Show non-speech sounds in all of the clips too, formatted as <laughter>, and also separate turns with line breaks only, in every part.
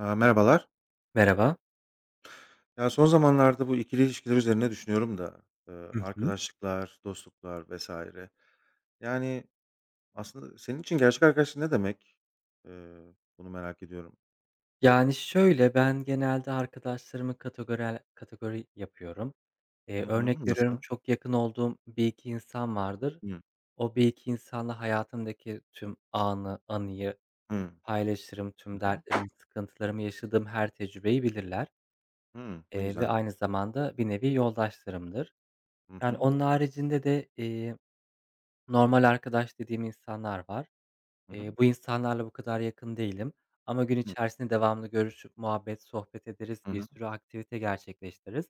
Aaa, merhabalar.
Merhaba.
Ya, son zamanlarda bu ikili ilişkiler üzerine düşünüyorum da,
Hı hı.
arkadaşlıklar, dostluklar vesaire. Yani, aslında senin için gerçek arkadaşlık ne demek? Eee, Bunu merak ediyorum.
Yani, şöyle, ben genelde arkadaşlarımı kategori yapıyorum. Eee,
Hı
örnek
hı.
veriyorum,
Nasıl?
çok yakın olduğum bir iki insan vardır.
Hıı.
O bir iki insanla hayatımdaki tüm anıyı
Hıı.
paylaşırım. Tüm
Hı hı.
dertlerimi, sıkıntılarımı, yaşadığım her tecrübeyi bilirler,
Hıı. Ne
ve
güzel.
aynı zamanda bir nevi yoldaşlarımdır.
Hı
Yani,
hı.
onun haricinde de, normal arkadaş dediğim insanlar var.
Hı hı.
Bu insanlarla bu kadar yakın değilim ama gün
Hı.
içerisinde devamlı görüşüp muhabbet, sohbet ederiz,
Hı
bir
hı.
sürü aktivite gerçekleştiririz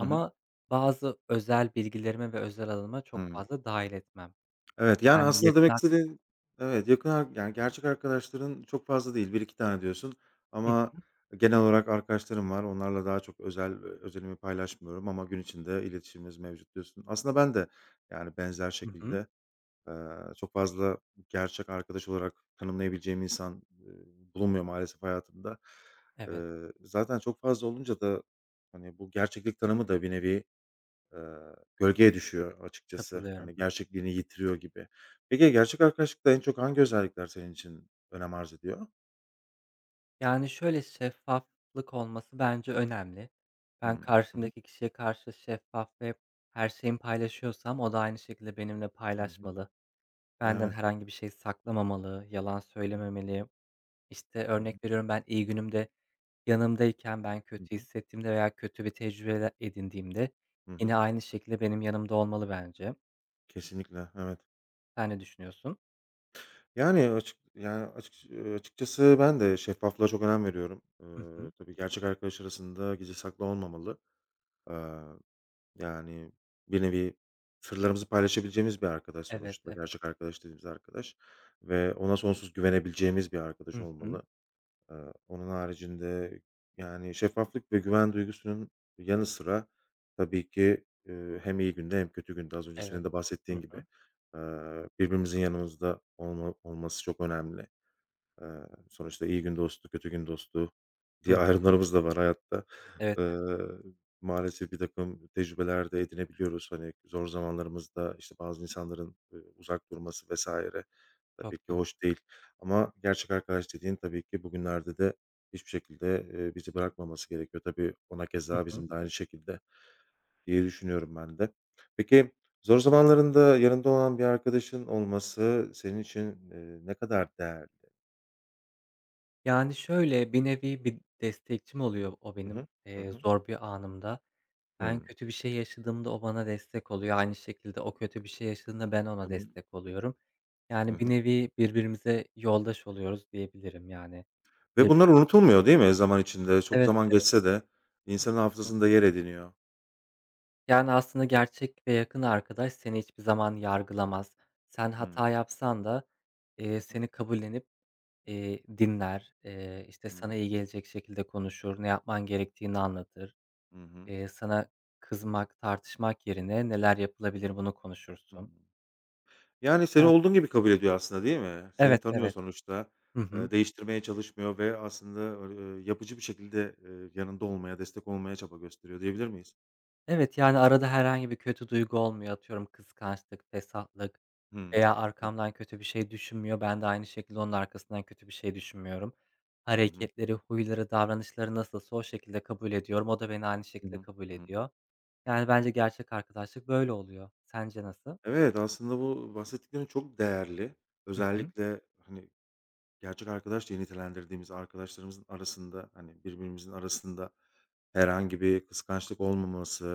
Hı hı.
bazı özel bilgilerime ve özel alanıma çok
Hıı.
fazla dâhil etmem.
Evet, yani,
Yani
aslında
yakın
demek
arka
istediğin. Evet, yakın yani, gerçek arkadaşların çok fazla değil, bir iki tane diyorsun
Hıh.
ama genel olarak arkadaşlarım var. Onlarla daha çok özelimi paylaşmıyorum ama gün içinde iletişimimiz mevcut diyorsun. Aslında ben de, yani, benzer
Hı hı.
şekilde, eee, çok fazla gerçek arkadaş olarak tanımlayabileceğim insan, bulunmuyor maalesef hayatımda.
Evet,
Zaten çok fazla olunca da, hani, bu gerçeklik tanımı da bir nevi gölgeye düşüyor açıkçası.
katılıyorum.
Hani, gerçekliğini yitiriyor gibi. Peki, gerçek arkadaşlıkta en çok hangi özellikler senin için önem arz ediyor?
Yani, şöyle, şeffaflık olması bence önemli. Ben
Hımm. Hı hı.
karşımdaki kişiye karşı şeffaf ve her şeyimi paylaşıyorsam o da aynı şekilde benimle
Hı hı.
paylaşmalı. Benden
Evet.
herhangi bir şey saklamamalı, yalan
Hı hı.
söylememeli. İşte,
Hı hı.
örnek veriyorum, ben iyi günümde yanımdayken ben
Hı
kötü
hı.
hissettiğimde veya kötü bir tecrübe edindiğimde
Hı hı.
yine aynı şekilde benim yanımda olmalı bence.
Kesinlikle, evet.
Sen ne düşünüyorsun?
Yani, açıkçası ben de şeffaflığa çok önem veriyorum.
Hı hı.
Tabii gerçek arkadaş arasında gizli saklı olmamalı. Eee Yani, bir nevi sırlarımızı paylaşabileceğimiz bir arkadaş
Evet,
sonuçta,
evet.
gerçek arkadaş dediğimiz arkadaş ve ona sonsuz güvenebileceğimiz bir arkadaş
Hı hı.
olmalı. Eee, Onun haricinde, yani, şeffaflık ve güven duygusunun yanı sıra tabii ki, hem iyi günde hem kötü günde az önce
Evet.
senin de
Hı
bahsettiğin
hı.
gibi, eee, birbirimizin yanımızda olması çok önemli. Sonuçta iyi gün dostu, kötü gün dostu
Hı
diye
hı.
ayrımlarımız da var hayatta.
Evet,
Eee, Maalesef birtakım tecrübeler de edinebiliyoruz. Hani, zor zamanlarımızda, işte, bazı insanların, uzak durması vesaire
çok
tabii ki
doğru.
hoş değil ama gerçek arkadaş dediğin tabii ki bugünlerde de hiçbir şekilde, bizi bırakmaması gerekiyor. Tabii ona
Hı
keza
hı.
bizim de aynı şekilde diye düşünüyorum ben de. Peki, zor zamanlarında yanında olan bir arkadaşın olması senin için, ne kadar değerli?
Yani, şöyle, bir nevi bir destekçim oluyor o
Hı
benim,
hı. Hı hı.
zor bir anımda. Ben
Hımm.
kötü bir şey yaşadığımda o bana destek oluyor. Aynı şekilde o kötü bir şey yaşadığında ben ona
Hı hı.
destek oluyorum.
Hı
Yani, bir
hı.
nevi birbirimize yoldaş oluyoruz diyebilirim, yani.
Ve
Evet.
bunlar unutulmuyor değil mi zaman içinde? Çok
Evet,
zaman geçse de insanın hafızasında yer ediniyor.
yani, aslında gerçek ve yakın arkadaş seni hiçbir zaman yargılamaz. Sen
Hımm.
hata yapsan da,
Hı hı.
seni kabullenip, dinler, işte, sana
Hımm.
iyi gelecek şekilde konuşur, ne yapman gerektiğini anlatır.
Hı hı.
Sana kızmak, tartışmak yerine neler yapılabilir bunu konuşursun.
Hımm. Yani, seni
Evet.
olduğun gibi kabul ediyor aslında değil mi?
Evet,
Seni tanıyor
evet.
sonuçta.
Hı hı.
Değiştirmeye çalışmıyor ve aslında, yapıcı bir şekilde, yanında olmaya, destek olmaya çaba gösteriyor diyebilir miyiz?
Evet, yani, arada herhangi bir kötü duygu olmuyor. Atıyorum kıskançlık, fesatlık.
Hımm.
Veya
Evet.
arkamdan kötü bir şey düşünmüyor. Ben de aynı şekilde onun arkasından kötü bir şey düşünmüyorum.
Hı hı.
Hareketleri, huyları, davranışları nasılsa o şekilde kabul ediyorum. O da beni aynı
Hı
şekilde
hı.
kabul
Hı hı.
ediyor. Yani, bence gerçek arkadaşlık böyle oluyor. Sence nasıl?
Evet, aslında bu bahsettiklerin çok değerli.
Hı hı.
Özellikle, hani, gerçek arkadaş diye nitelendirdiğimiz arkadaşlarımızın arasında, hani, birbirimizin arasında herhangi bir kıskançlık olmaması,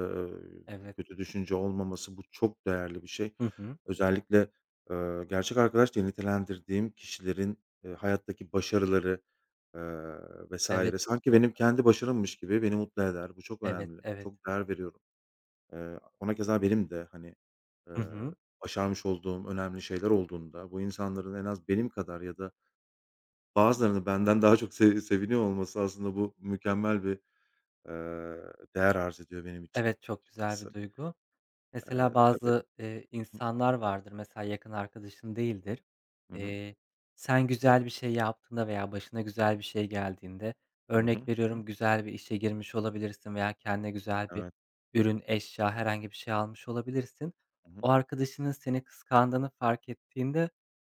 eee,
Evet.
kötü düşünce olmaması bu çok değerli bir şey.
Hı hı.
Özellikle, gerçek arkadaş diye nitelendirdiğim kişilerin, hayattaki başarıları, eee,
Evet,
vs.
çok
sanki benim
doğru.
kendi başarımmış gibi beni mutlu eder. Bu çok
Evet,
önemli.
evet.
Çok değer veriyorum. Ona keza benim de, hani, eee,
Hı hı.
başarmış olduğum önemli şeyler olduğunda bu insanların en az benim kadar ya da bazılarını benden daha çok seviniyor olması aslında bu mükemmel bir, değer arz ediyor benim için
Evet, çok güzel bir
açıkçası.
duygu. Mesela
Eee, tabii.
bazı,
Hı.
insanlar vardır, mesela yakın arkadaşın değildir.
Hı hı.
Eee, sen güzel bir şey yaptığında veya başına güzel bir şey geldiğinde,
Hı hı.
örnek
Hı.
veriyorum, güzel bir işe girmiş olabilirsin veya kendine güzel bir
Evet.
ürün, eşya, herhangi bir şey almış olabilirsin.
Hı hı.
O arkadaşının seni kıskandığını fark ettiğinde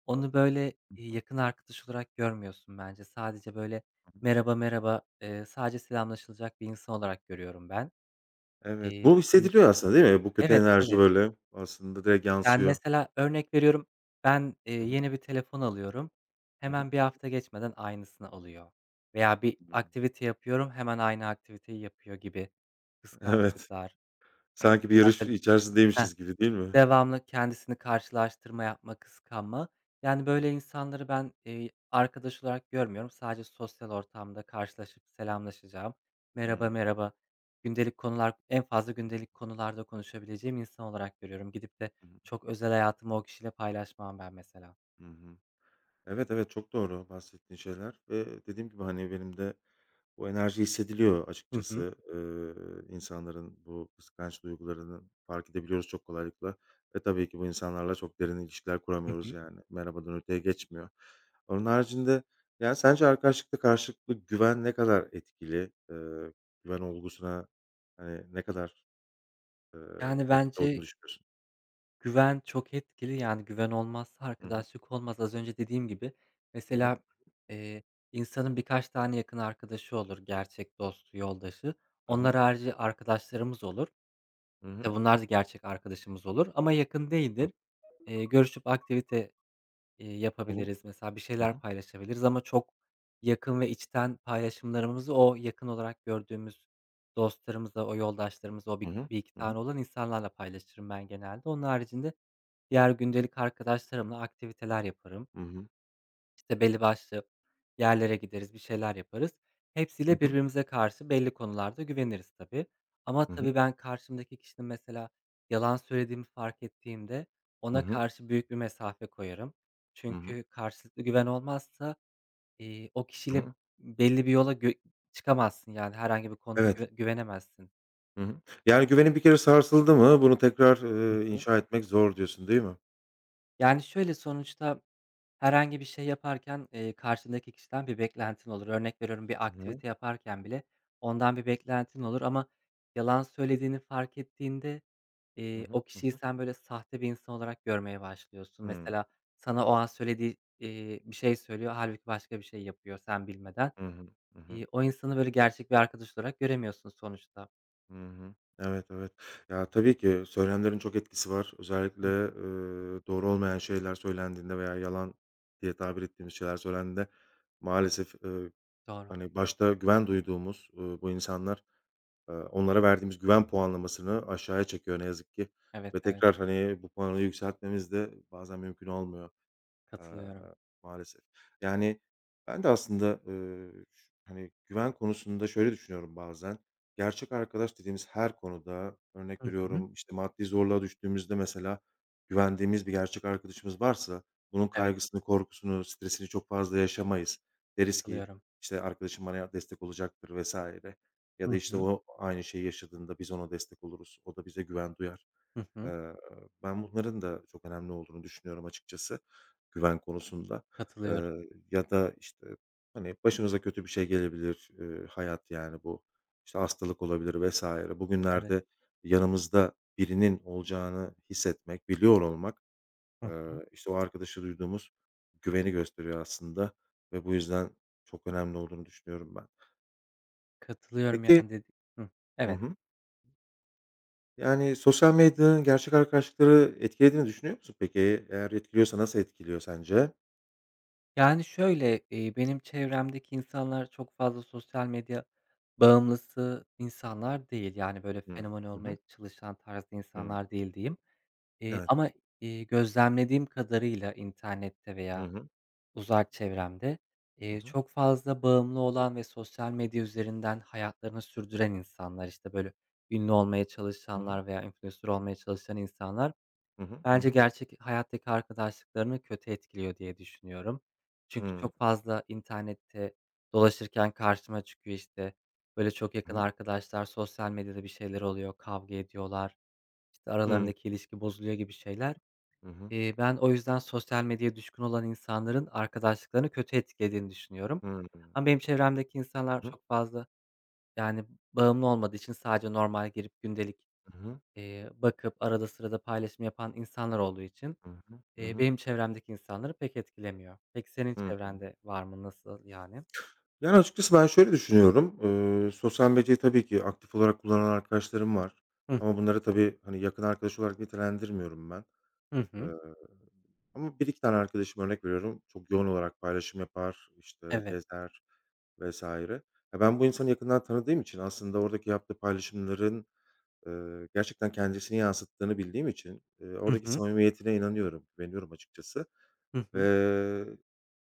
onu böyle,
Hı hı.
yakın arkadaş olarak görmüyorsun bence. Sadece böyle
Hı hı.
merhaba, merhaba, sadece selamlaşılacak bir insan olarak görüyorum ben.
Evet.
Eee
Bu
hani,
hissediliyor aslında değil mi? Bu kötü
evet,
enerji
evet.
böyle aslında direkt
Yani,
yansıyor.
mesela örnek veriyorum, ben,
Hı hı.
yeni bir telefon alıyorum,
Hı hı.
hemen bir hafta geçmeden aynısını alıyor veya bir
Hı hı.
aktivite yapıyorum, hemen aynı aktiviteyi yapıyor gibi
Evet.
kıskançlıklar.
Sanki bir yarış
Yani, heh.
içerisindeymişiz gibi değil mi?
Devamlı kendisini karşılaştırma yapma, kıskanma. Yani,
Hı.
böyle insanları ben, arkadaş olarak görmüyorum. Sadece sosyal ortamda karşılaşıp selamlaşacağım, merhaba,
Hıı.
merhaba, gündelik konular, en fazla
Hı hı.
gündelik konularda konuşabileceğim insan olarak görüyorum. Gidip de
Hı hı.
çok özel hayatımı o kişiyle paylaşmam ben mesela.
Hı hı. Evet, evet, çok doğru bahsettiğin şeyler ve dediğim gibi, hani, benim de bu enerji hissediliyor
Hı hı.
açıkçası. İnsanların bu kıskanç duygularını fark edebiliyoruz çok kolaylıkla ve tabii ki bu insanlarla çok derin ilişkiler
Hı
kuramıyoruz
hı.
yani. Merhabadan öteye geçmiyor. Onun haricinde, yani, sence arkadaşlıkta karşılıklı güven ne kadar etkili? Güven olgusuna, hani, ne kadar, eee,
Yani,
etkili olduğunu
bence
düşünüyorsun?
güven çok etkili, yani, güven olmazsa arkadaşlık olmaz. Az önce dediğim gibi,
Hı hı.
mesela, eee, insanın birkaç tane yakın arkadaşı olur, gerçek dostu, yoldaşı.
Hı
Onlar
hı.
harici arkadaşlarımız olur.
Hı hı.
Tabii bunlar da gerçek arkadaşımız olur ama yakın
Hı.
değildir. Görüşüp aktivite,
Hı hı.
yapabiliriz, mesela bir
Hı
şeyler
hı.
paylaşabiliriz ama çok yakın ve içten paylaşımlarımızı o yakın olarak gördüğümüz dostlarımızla, o yoldaşlarımızla, o bir
Hı hı.
bir iki
Hı.
tane olan insanlarla paylaşırım ben genelde. Onun haricinde diğer gündelik arkadaşlarımla aktiviteler yaparım.
Hı hı.
İşte, belli başlı yerlere gideriz, bir şeyler yaparız.
Hı
Hepsiyle
hı.
birbirimize karşı belli konularda güveniriz tabii. Ama
Hı hı.
tabii ben karşımdaki kişinin mesela yalan söylediğimi fark ettiğimde
Hı
ona
hı.
karşı büyük bir mesafe koyarım.
Hı hı.
Çünkü karşılıklı güven olmazsa, o
Hı
kişiyle
hı.
belli bir yola çıkamazsın, yani, herhangi bir konuda güve
Evet.
güvenemezsin.
Hı hı. Yani, güvenin bir kere sarsıldı mı bunu tekrar,
Hı hı.
inşa etmek zor diyorsun, değil mi?
Yani, şöyle, sonuçta herhangi bir şey yaparken, karşındaki kişiden bir beklentin olur. Örnek veriyorum, bir
Hı hı.
aktivite yaparken bile ondan bir beklentin olur ama yalan söylediğini fark ettiğinde,
Hı hı.
o
Hı
kişiyi
hı.
sen, böyle, sahte bir insan olarak görmeye başlıyorsun.
Hıı.
Mesela sana o an söylediği, bir şey söylüyor, halbuki başka bir şey yapıyor sen bilmeden.
Hı hı. Hı hı.
O insanı, böyle, gerçek bir arkadaş olarak göremiyorsun sonuçta.
Hı hı. Evet, evet. Ya, tabii ki söylemlerin çok etkisi var. Özellikle,
Hı,
doğru olmayan şeyler söylendiğinde veya yalan diye tabir ettiğimiz şeyler söylendiğinde maalesef,
doğru.
hani, başta güven duyduğumuz, bu insanlar onlara verdiğimiz güven puanlamasını aşağıya çekiyor ne yazık ki
Evet,
ve
evet,
tekrar, hani, bu puanı yükseltmemiz de bazen mümkün olmuyor. Eee,
katılıyorum.
Maalesef. Yani, ben de aslında, ş hani, güven konusunda şöyle düşünüyorum bazen, gerçek arkadaş dediğimiz her konuda, örnek
Hı hı.
veriyorum, işte, maddi zorluğa düştüğümüzde mesela güvendiğimiz bir gerçek arkadaşımız varsa bunun
Evet,
kaygısını, korkusunu, stresini çok fazla yaşamayız. Deriz ki,
katılıyorum.
işte, "Arkadaşım bana destek olacaktır." vesaire ya
Hı
da, işte,
hı.
o aynı şeyi yaşadığında biz ona destek oluruz. O da bize güven duyar.
Hı hı.
Eee, Ben bunların da çok önemli olduğunu düşünüyorum açıkçası. Güven konusunda,
Katılıyorum.
ya da, işte, hani, başınıza kötü bir şey gelebilir, hayat, yani, bu, işte, hastalık olabilir vesaire.
Evet.
Bugünlerde yanımızda birinin olacağını hissetmek, biliyor olmak,
Hı hı.
işte, o arkadaşı duyduğumuz güveni gösteriyor aslında ve bu yüzden çok önemli olduğunu düşünüyorum ben.
Katılıyorum
Peki.
yani dedi Hıh.
Hı
Evet.
hı. Yani, sosyal medyanın gerçek arkadaşlıkları etkilediğini düşünüyor musun peki? Eğer etkiliyorsa nasıl etkiliyor sence?
Yani, şöyle, benim çevremdeki insanlar çok fazla sosyal medya bağımlısı insanlar değil. Yani, böyle
Hıı.
fenomen
Hı
olmaya
hı.
çalışan tarzda insanlar değil diyeyim. Eee,
Evet.
ama, gözlemlediğim kadarıyla internette
Hı
veya
hı.
uzak çevremde,
Hı hı.
çok fazla bağımlı olan ve sosyal medya üzerinden hayatlarını sürdüren insanlar, işte, böyle ünlü olmaya
Hı hı.
çalışanlar veya influencer olmaya çalışan insanlar
Hı hı.
bence
Hı
gerçek hayattaki arkadaşlıklarını kötü etkiliyor diye düşünüyorum. Çünkü
hı.
çok fazla internette dolaşırken karşıma çıkıyor, işte, böyle, çok yakın
Hıı.
arkadaşlar, sosyal medyada bir şeyler oluyor, kavga ediyorlar, işte, aralarındaki ilişki bozuluyor gibi şeyler.
Hı hı.
Ben o yüzden sosyal medyaya düşkün olan insanların arkadaşlıklarını kötü etkilediğini düşünüyorum.
Hıı. Hı hı.
Ama benim çevremdeki insanlar
Hıı.
çok fazla, yani, bağımlı olmadığı için sadece normal girip gündelik,
Hı hı.
bakıp arada sırada paylaşım yapan insanlar olduğu için
Hı hı. Hı hı. Hı
Eee,
hı.
benim çevremdeki insanları pek etkilemiyor. Peki senin
Hı hı.
çevrende var mı? Nasıl yani?
Yani, açıkçası ben şöyle düşünüyorum. Sosyal medyayı tabii ki aktif olarak kullanan arkadaşlarım var
Hıh.
ama bunları tabii, hani, yakın arkadaş olarak nitelendirmiyorum ben.
Hı
Eee,
hı.
Ama bir iki tane arkadaşım, örnek veriyorum, çok yoğun olarak paylaşım yapar, işte,
Evet.
gezer vs. Ya, ben bu insanı yakından tanıdığım için aslında oradaki yaptığı paylaşımların gerçekten kendisini yansıttığını bildiğim için,
Hı
oradaki
hı.
samimiyetine inanıyorum, güveniyorum açıkçası
Hı hı.
ve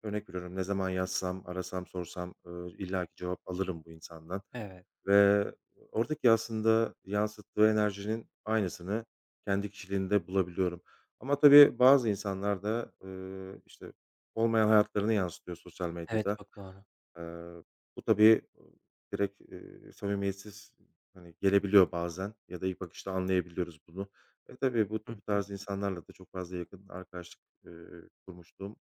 örnek veriyorum, ne zaman yazsam, arasam, sorsam, illaki cevap alırım bu insandan
Evet.
ve oradaki aslında yansıttığı enerjinin aynısını kendi kişiliğinde bulabiliyorum. Ama tabii bazı insanlar da, işte, olmayan hayatlarını yansıtıyor sosyal
Evet,
medyada.
çok doğru.
Eee, Bu tabii direkt, samimiyetsiz hani, gelebiliyor bazen ya da ilk bakışta anlayabiliyoruz bunu. Tabii bu
Hı
bu
hı.
tarz insanlarla da çok fazla yakın arkadaşlık, kurmuşluğum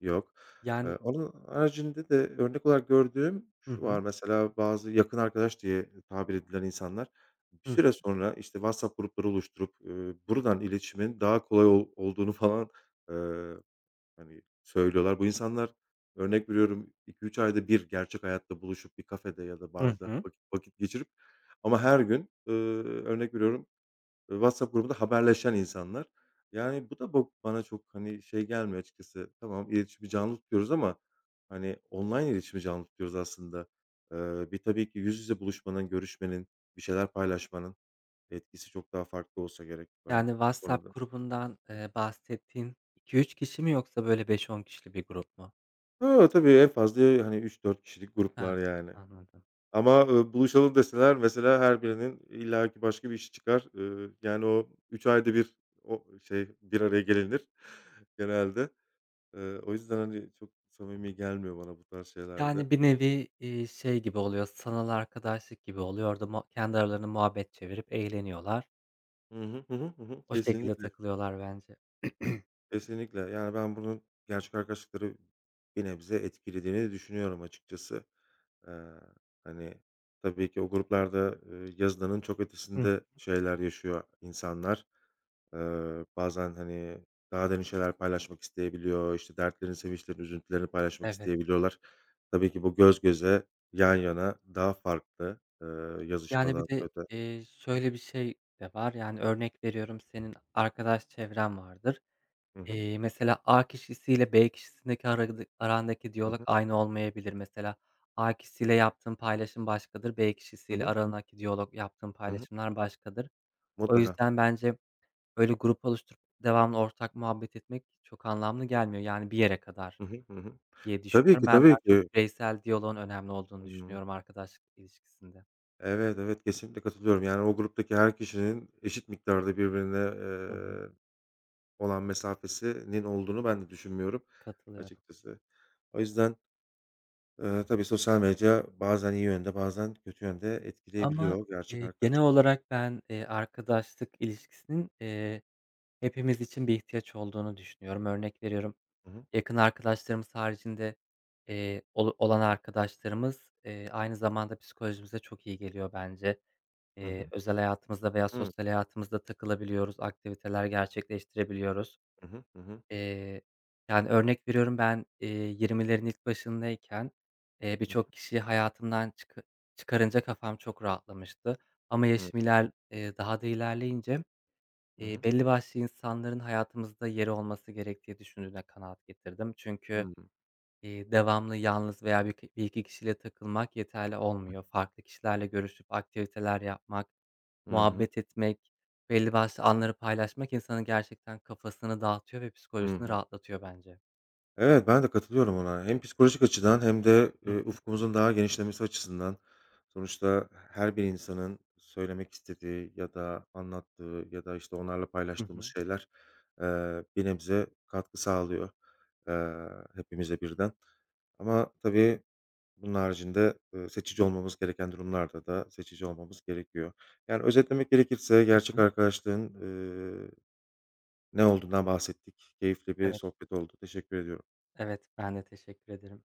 yok.
Yani.
Onun haricinde de örnek olarak gördüğüm
Hı
şu
hı.
var mesela bazı yakın arkadaş diye tabir edilen insanlar bir
Hıh.
süre sonra, işte, WhatsApp grupları oluşturup, buradan iletişimin daha kolay olduğunu falan, eee hani, söylüyorlar. Bu insanlar, örnek veriyorum, iki üç ayda bir gerçek hayatta buluşup bir kafede ya da
Hı
barda
hı.
vakit vakit geçirip ama her gün, örnek veriyorum, WhatsApp grubunda haberleşen insanlar. Yani, bu da bana çok, hani, şey gelmiyor açıkçası. Tamam, iletişimi canlı tutuyoruz ama, hani, online iletişimi canlı tutuyoruz aslında. Bir tabii ki yüz yüze buluşmanın, görüşmenin, bir şeyler paylaşmanın etkisi çok daha farklı olsa gerek ben
Yani
bu
WhatsApp
konuda.
grubundan, bahsettiğin 2-3 kişi mi yoksa böyle beş on kişilik bir grup mu?
Ha, tabii en fazla, hani, üç dört kişilik
Ha,
gruplar yani.
anladım.
Ama, buluşalım deseler mesela her birinin illaki başka bir işi çıkar. Yani o 3 ayda bir o şey bir araya gelinir <laughs> genelde. O yüzden, hani, çok samimi gelmiyor bana bu tarz şeylerde.
Yani bir nevi, şey gibi oluyor, sanal arkadaşlık gibi oluyor. Orada kendi aralarında muhabbet çevirip eğleniyorlar.
Hı hı. Hı hı. Hı hı.
O şekilde
Kesinlikle.
takılıyorlar bence.
Kesinlikle. Yani, ben bunun gerçek arkadaşlıkları bir nebze etkilediğini de düşünüyorum açıkçası. Eee, Hani, tabii ki o gruplarda, yazılanın çok
Hıh.
ötesinde şeyler yaşıyor insanlar. Bazen, hani, daha derin şeyler paylaşmak isteyebiliyor, işte, dertlerini, sevinçlerini, üzüntülerini paylaşmak
Evet.
isteyebiliyorlar. Tabii ki bu göz göze, yan yana daha farklı,
Yani, bir
yazışmadan
de,
öte.
şöyle bir şey de var, yani, örnek veriyorum, senin arkadaş çevren vardır.
Hı hı.
Mesela A kişisiyle B kişisindeki arandaki
Hı
diyalog
hı.
aynı olmayabilir. Mesela A kişisiyle yaptığın paylaşım başkadır, B
Hı hı.
kişisiyle
Hı hı.
arandaki diyalog yaptığın
Hı hı.
paylaşımlar başkadır. O
Mutlaka.
yüzden bence öyle grup oluşturup devamlı ortak muhabbet etmek çok anlamlı gelmiyor, yani, bir yere kadar
Hı hı. Hı hı.
diye
Tabii
düşünüyorum.
ki,
Ben daha
tabii
çok
ki.
bireysel diyaloğun önemli olduğunu
Hımm.
düşünüyorum arkadaşlık ilişkisinde.
Evet, evet, kesinlikle katılıyorum. Yani, o gruptaki her kişinin eşit miktarda birbirine,
Hı hı.
olan mesafesinin olduğunu ben de düşünmüyorum
Katılıyorum.
açıkçası. O yüzden, tabii sosyal medya bazen iyi yönde bazen kötü yönde
Ama,
etkileyebiliyor gerçek
genel
arkadaşlıkları.
olarak ben, arkadaşlık ilişkisinin, hepimiz için bir ihtiyaç olduğunu düşünüyorum. Örnek veriyorum,
Hı hı.
yakın arkadaşlarımız haricinde, ol olan arkadaşlarımız, aynı zamanda psikolojimize çok iyi geliyor bence.
Hı
Eee,
hı.
özel hayatımızda veya
Hı.
sosyal hayatımızda takılabiliyoruz, aktiviteler gerçekleştirebiliyoruz.
Hı hı. Hı hı.
Eee, yani, örnek veriyorum, ben, 20'lerin ilk başındayken, birçok kişiyi hayatımdan çıkarınca kafam çok rahatlamıştı. Ama
Hı hı.
yaşım iler daha da ilerleyince,
Hı hı.
belli başlı insanların hayatımızda yeri olması gerektiği düşündüğüne kanaat getirdim.
Hı
Çünkü,
hı.
devamlı yalnız veya bir iki kişiyle takılmak yeterli olmuyor. Farklı kişilerle görüşüp aktiviteler yapmak,
Hı hı. Hı hı.
muhabbet etmek, belli başlı anları paylaşmak insanın gerçekten kafasını dağıtıyor ve psikolojisini rahatlatıyor bence.
Evet, ben de katılıyorum ona. Hem psikolojik açıdan hem de,
Hı.
ufkumuzun daha genişlemesi açısından sonuçta her bir insanın söylemek istediği ya da anlattığı ya da, işte, onlarla
Hı
paylaştığımız
hı.
şeyler, bir nebze katkı sağlıyor, eee, hepimize birden. Ama tabii bunun haricinde, seçici olmamız gereken durumlarda da seçici olmamız gerekiyor. Yani özetlemek gerekirse gerçek
Hı.
arkadaşlığın, eee, ne olduğundan bahsettik. Keyifli bir
Evet,
sohbet oldu. Teşekkür ediyorum.
evet. Ben de teşekkür ederim.